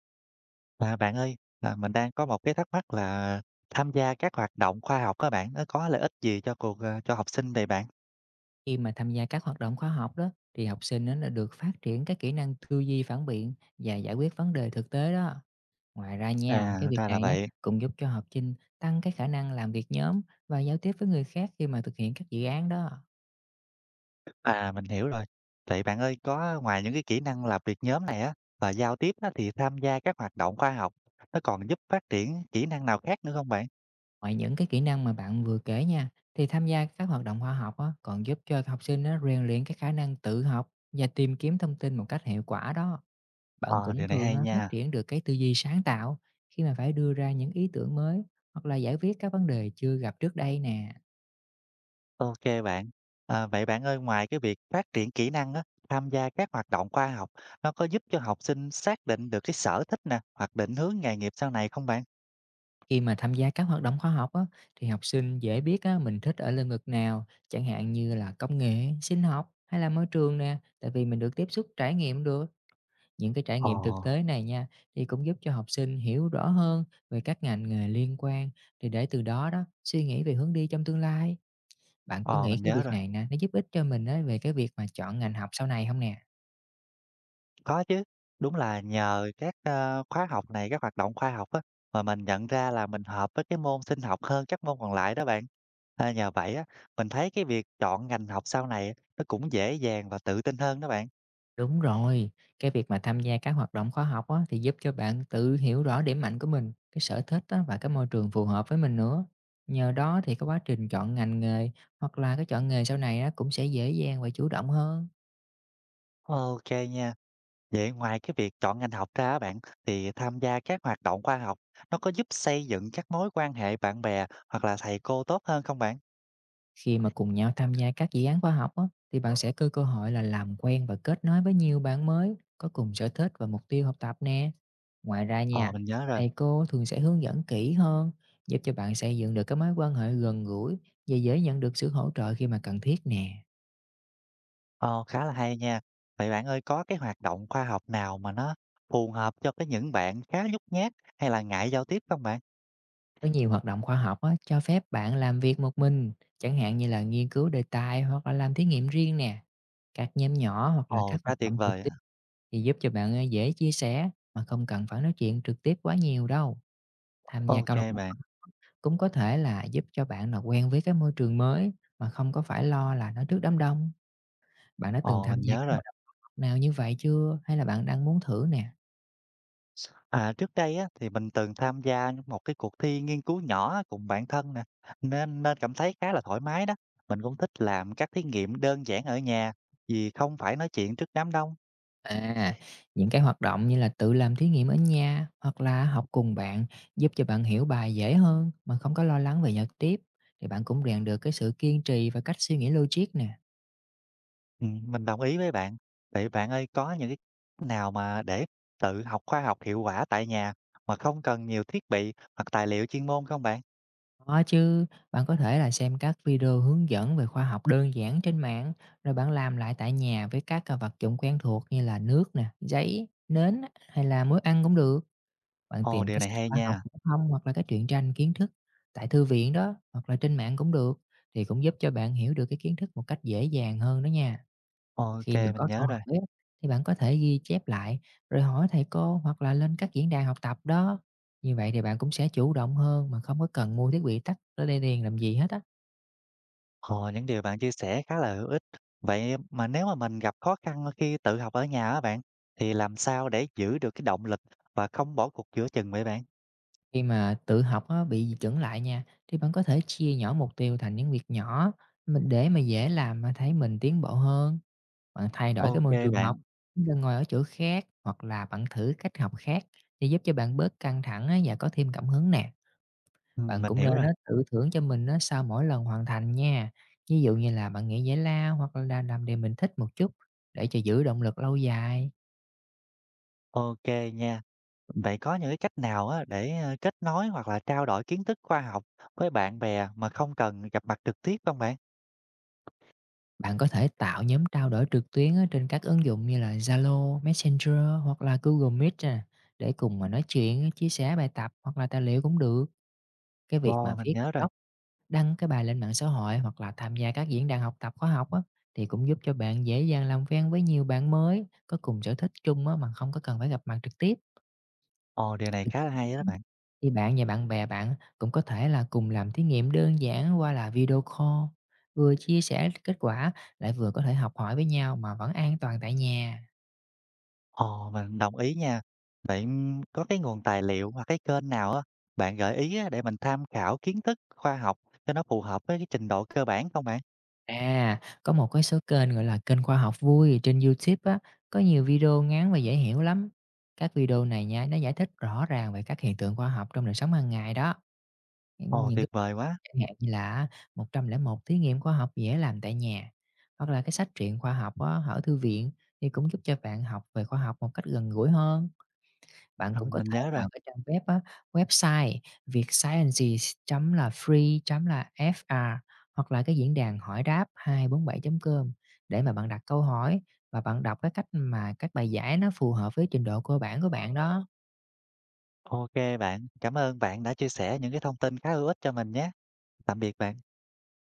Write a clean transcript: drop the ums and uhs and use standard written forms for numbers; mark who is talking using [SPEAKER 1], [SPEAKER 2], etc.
[SPEAKER 1] À, bạn ơi, là mình đang có một cái thắc mắc là tham gia các hoạt động khoa học các bạn, nó có lợi ích gì cho cho học sinh vậy bạn?
[SPEAKER 2] Khi mà tham gia các hoạt động khoa học đó thì học sinh nó là được phát triển các kỹ năng tư duy phản biện và giải quyết vấn đề thực tế đó. Ngoài ra nha, cái
[SPEAKER 1] À,
[SPEAKER 2] việc
[SPEAKER 1] ra là
[SPEAKER 2] này á
[SPEAKER 1] vậy.
[SPEAKER 2] cũng giúp cho học sinh tăng cái khả năng làm việc nhóm và giao tiếp với người khác khi mà thực hiện các dự án đó.
[SPEAKER 1] À, mình hiểu rồi. Vậy bạn ơi, có ngoài những cái kỹ năng làm việc nhóm này á và giao tiếp á, thì tham gia các hoạt động khoa học nó còn giúp phát triển kỹ năng nào khác nữa không bạn?
[SPEAKER 2] Ngoài những cái kỹ năng mà bạn vừa kể nha, thì tham gia các hoạt động khoa học á còn giúp cho học sinh nó rèn luyện cái khả năng tự học và tìm kiếm thông tin một cách hiệu quả đó. Bạn
[SPEAKER 1] Ờ,
[SPEAKER 2] cũng
[SPEAKER 1] điều này
[SPEAKER 2] thường
[SPEAKER 1] hay
[SPEAKER 2] phát
[SPEAKER 1] nha.
[SPEAKER 2] triển được cái tư duy sáng tạo khi mà phải đưa ra những ý tưởng mới hoặc là giải quyết các vấn đề chưa gặp trước đây nè.
[SPEAKER 1] Ok bạn. À, vậy bạn ơi, ngoài cái việc phát triển kỹ năng á, tham gia các hoạt động khoa học nó có giúp cho học sinh xác định được cái sở thích nè, hoặc định hướng nghề nghiệp sau này không bạn?
[SPEAKER 2] Khi mà tham gia các hoạt động khoa học á, thì học sinh dễ biết á, mình thích ở lĩnh vực nào, chẳng hạn như là công nghệ, sinh học hay là môi trường nè, tại vì mình được tiếp xúc trải nghiệm được. Những cái trải
[SPEAKER 1] Ờ,
[SPEAKER 2] nghiệm thực tế này nha, thì cũng giúp cho học sinh hiểu rõ hơn về các ngành nghề liên quan, thì để từ đó đó, suy nghĩ về hướng đi trong tương lai. Bạn có
[SPEAKER 1] ờ,
[SPEAKER 2] nghĩ
[SPEAKER 1] mình
[SPEAKER 2] cái
[SPEAKER 1] nhớ
[SPEAKER 2] việc
[SPEAKER 1] rồi.
[SPEAKER 2] này nè, nó giúp ích cho mình á về cái việc mà chọn ngành học sau này không nè?
[SPEAKER 1] Có chứ, đúng là nhờ khóa học này, các hoạt động khoa học á, mà mình nhận ra là mình hợp với cái môn sinh học hơn các môn còn lại đó bạn. À, nhờ vậy á, mình thấy cái việc chọn ngành học sau này á, nó cũng dễ dàng và tự tin hơn đó bạn.
[SPEAKER 2] Đúng rồi, cái việc mà tham gia các hoạt động khóa học á, thì giúp cho bạn tự hiểu rõ điểm mạnh của mình, cái sở thích á và cái môi trường phù hợp với mình nữa. Nhờ đó thì cái quá trình chọn ngành nghề hoặc là cái chọn nghề sau này á cũng sẽ dễ dàng và chủ động hơn.
[SPEAKER 1] Ok nha. Vậy ngoài cái việc chọn ngành học ra á bạn, thì tham gia các hoạt động khoa học nó có giúp xây dựng các mối quan hệ bạn bè hoặc là thầy cô tốt hơn không bạn?
[SPEAKER 2] Khi mà cùng nhau tham gia các dự án khoa học á, thì bạn sẽ có cơ hội là làm quen và kết nối với nhiều bạn mới có cùng sở thích và mục tiêu học tập nè. Ngoài ra
[SPEAKER 1] Ờ,
[SPEAKER 2] nha,
[SPEAKER 1] mình nhớ rồi.
[SPEAKER 2] thầy cô thường sẽ hướng dẫn kỹ hơn, giúp cho bạn xây dựng được cái mối quan hệ gần gũi và dễ nhận được sự hỗ trợ khi mà cần thiết nè.
[SPEAKER 1] Ờ, khá là hay nha. Vậy bạn ơi, có cái hoạt động khoa học nào mà nó phù hợp cho cái những bạn khá nhút nhát hay là ngại giao tiếp không bạn?
[SPEAKER 2] Có nhiều hoạt động khoa học á, cho phép bạn làm việc một mình, chẳng hạn như là nghiên cứu đề tài hoặc là làm thí nghiệm riêng nè. Các nhóm nhỏ hoặc là
[SPEAKER 1] Ồ,
[SPEAKER 2] các
[SPEAKER 1] quá
[SPEAKER 2] hoạt
[SPEAKER 1] tuyệt
[SPEAKER 2] động trực
[SPEAKER 1] vời
[SPEAKER 2] tiếp
[SPEAKER 1] á.
[SPEAKER 2] thì giúp cho bạn dễ chia sẻ mà không cần phải nói chuyện trực tiếp quá nhiều đâu. Tham gia
[SPEAKER 1] Ok
[SPEAKER 2] câu lạc bộ
[SPEAKER 1] bạn.
[SPEAKER 2] cũng có thể là giúp cho bạn là quen với cái môi trường mới mà không có phải lo là nói trước đám đông. Bạn đã từng
[SPEAKER 1] Ồ,
[SPEAKER 2] tham
[SPEAKER 1] mình
[SPEAKER 2] gia
[SPEAKER 1] nhớ
[SPEAKER 2] các
[SPEAKER 1] rồi.
[SPEAKER 2] hoạt động nào như vậy chưa? Hay là bạn đang muốn thử nè?
[SPEAKER 1] À, trước đây á, thì mình từng tham gia một cái cuộc thi nghiên cứu nhỏ cùng bạn thân nè, nên nên cảm thấy khá là thoải mái đó. Mình cũng thích làm các thí nghiệm đơn giản ở nhà vì không phải nói chuyện trước đám đông.
[SPEAKER 2] À, những cái hoạt động như là tự làm thí nghiệm ở nhà hoặc là học cùng bạn giúp cho bạn hiểu bài dễ hơn mà không có lo lắng về giao tiếp thì bạn cũng rèn được cái sự kiên trì và cách suy nghĩ logic nè.
[SPEAKER 1] Mình đồng ý với bạn. Vậy bạn ơi, có những cái nào mà để tự học khoa học hiệu quả tại nhà mà không cần nhiều thiết bị hoặc tài liệu chuyên môn không bạn?
[SPEAKER 2] Có chứ, bạn có thể là xem các video hướng dẫn về khoa học đơn giản trên mạng, rồi bạn làm lại tại nhà với các vật dụng quen thuộc như là nước nè, giấy, nến á, hay là muối ăn cũng được. Bạn
[SPEAKER 1] Ồ,
[SPEAKER 2] tìm
[SPEAKER 1] điều
[SPEAKER 2] cái
[SPEAKER 1] này
[SPEAKER 2] sách
[SPEAKER 1] hay
[SPEAKER 2] khoa học
[SPEAKER 1] nha.
[SPEAKER 2] phổ thông hoặc là cái truyện tranh kiến thức tại thư viện đó hoặc là trên mạng cũng được thì cũng giúp cho bạn hiểu được cái kiến thức một cách dễ dàng hơn đó nha.
[SPEAKER 1] Ok,
[SPEAKER 2] Khi mà
[SPEAKER 1] mình
[SPEAKER 2] có câu
[SPEAKER 1] nhớ rồi.
[SPEAKER 2] hỏi á, thì bạn có thể ghi chép lại rồi hỏi thầy cô hoặc là lên các diễn đàn học tập đó. Như vậy thì bạn cũng sẽ chủ động hơn mà không có cần mua thiết bị tắt ở đây liền làm gì hết á.
[SPEAKER 1] Ồ, những điều bạn chia sẻ khá là hữu ích. Vậy mà nếu mà mình gặp khó khăn khi tự học ở nhà á bạn, thì làm sao để giữ được cái động lực và không bỏ cuộc giữa chừng vậy bạn?
[SPEAKER 2] Khi mà tự học á, bị chững lại nha, thì bạn có thể chia nhỏ mục tiêu thành những việc nhỏ mình để mà dễ làm mà thấy mình tiến bộ hơn. Bạn thay đổi cái
[SPEAKER 1] Ok
[SPEAKER 2] môi trường học,
[SPEAKER 1] bạn,
[SPEAKER 2] đừng ngồi ở chỗ khác hoặc là bạn thử cách học khác thì giúp cho bạn bớt căng thẳng á, và có thêm cảm hứng nè. Bạn
[SPEAKER 1] mình
[SPEAKER 2] cũng
[SPEAKER 1] hiểu
[SPEAKER 2] nên
[SPEAKER 1] rồi.
[SPEAKER 2] á, tự thưởng cho mình á, sau mỗi lần hoàn thành nha. Ví dụ như là bạn nghĩ giải lao hoặc là làm điều mình thích một chút để cho giữ động lực lâu dài.
[SPEAKER 1] Ok nha. Vậy có những cái cách nào á để, kết nối hoặc là trao đổi kiến thức khoa học với bạn bè mà không cần gặp mặt trực tiếp không bạn?
[SPEAKER 2] Bạn có thể tạo nhóm trao đổi trực tuyến á, trên các ứng dụng như là Zalo, Messenger hoặc là Google Meet nè, để cùng mà nói chuyện, chia sẻ bài tập hoặc là tài liệu cũng được. Cái việc
[SPEAKER 1] Ồ,
[SPEAKER 2] mà
[SPEAKER 1] mình
[SPEAKER 2] viết
[SPEAKER 1] nhớ rồi.
[SPEAKER 2] blog, đăng cái bài lên mạng xã hội hoặc là tham gia các diễn đàn học tập khóa học á, thì cũng giúp cho bạn dễ dàng làm quen với nhiều bạn mới có cùng sở thích chung á, mà không có cần phải gặp mặt trực
[SPEAKER 1] Ồ, điều này
[SPEAKER 2] tiếp.
[SPEAKER 1] khá là hay đó bạn.
[SPEAKER 2] Thì bạn và bạn bè bạn cũng có thể là cùng làm thí nghiệm đơn giản qua là video call, vừa chia sẻ kết quả lại vừa có thể học hỏi với nhau mà vẫn an toàn tại nhà.
[SPEAKER 1] Ồ, mình đồng ý nha. Vậy, có cái nguồn tài liệu hoặc cái kênh nào á, bạn gợi ý á để mình tham khảo kiến thức khoa học cho nó phù hợp với cái trình độ cơ bản không bạn?
[SPEAKER 2] À, có một cái số kênh gọi là kênh khoa học vui trên YouTube á, có nhiều video ngắn và dễ hiểu lắm. Các video này nha, nó giải thích rõ ràng về các hiện tượng khoa học trong đời sống hàng ngày đó.
[SPEAKER 1] Ồ,
[SPEAKER 2] Những
[SPEAKER 1] tuyệt vời quá.
[SPEAKER 2] Chẳng hạn như là "101 thí nghiệm khoa học dễ làm tại nhà", hoặc là cái sách truyện khoa học á, ở thư viện thì cũng giúp cho bạn học về khoa học một cách gần gũi hơn. Bạn cũng có
[SPEAKER 1] Mình
[SPEAKER 2] thể
[SPEAKER 1] nhớ rồi.
[SPEAKER 2] vào cái trang web á, website vietsciences.free.fr hoặc là cái diễn đàn hỏi đáp 247.com để mà bạn đặt câu hỏi và bạn đọc cái cách mà các bài giải nó phù hợp với trình độ cơ bản của bạn đó.
[SPEAKER 1] OK bạn, cảm ơn bạn đã chia sẻ những cái thông tin khá hữu ích cho mình nhé. Tạm biệt bạn.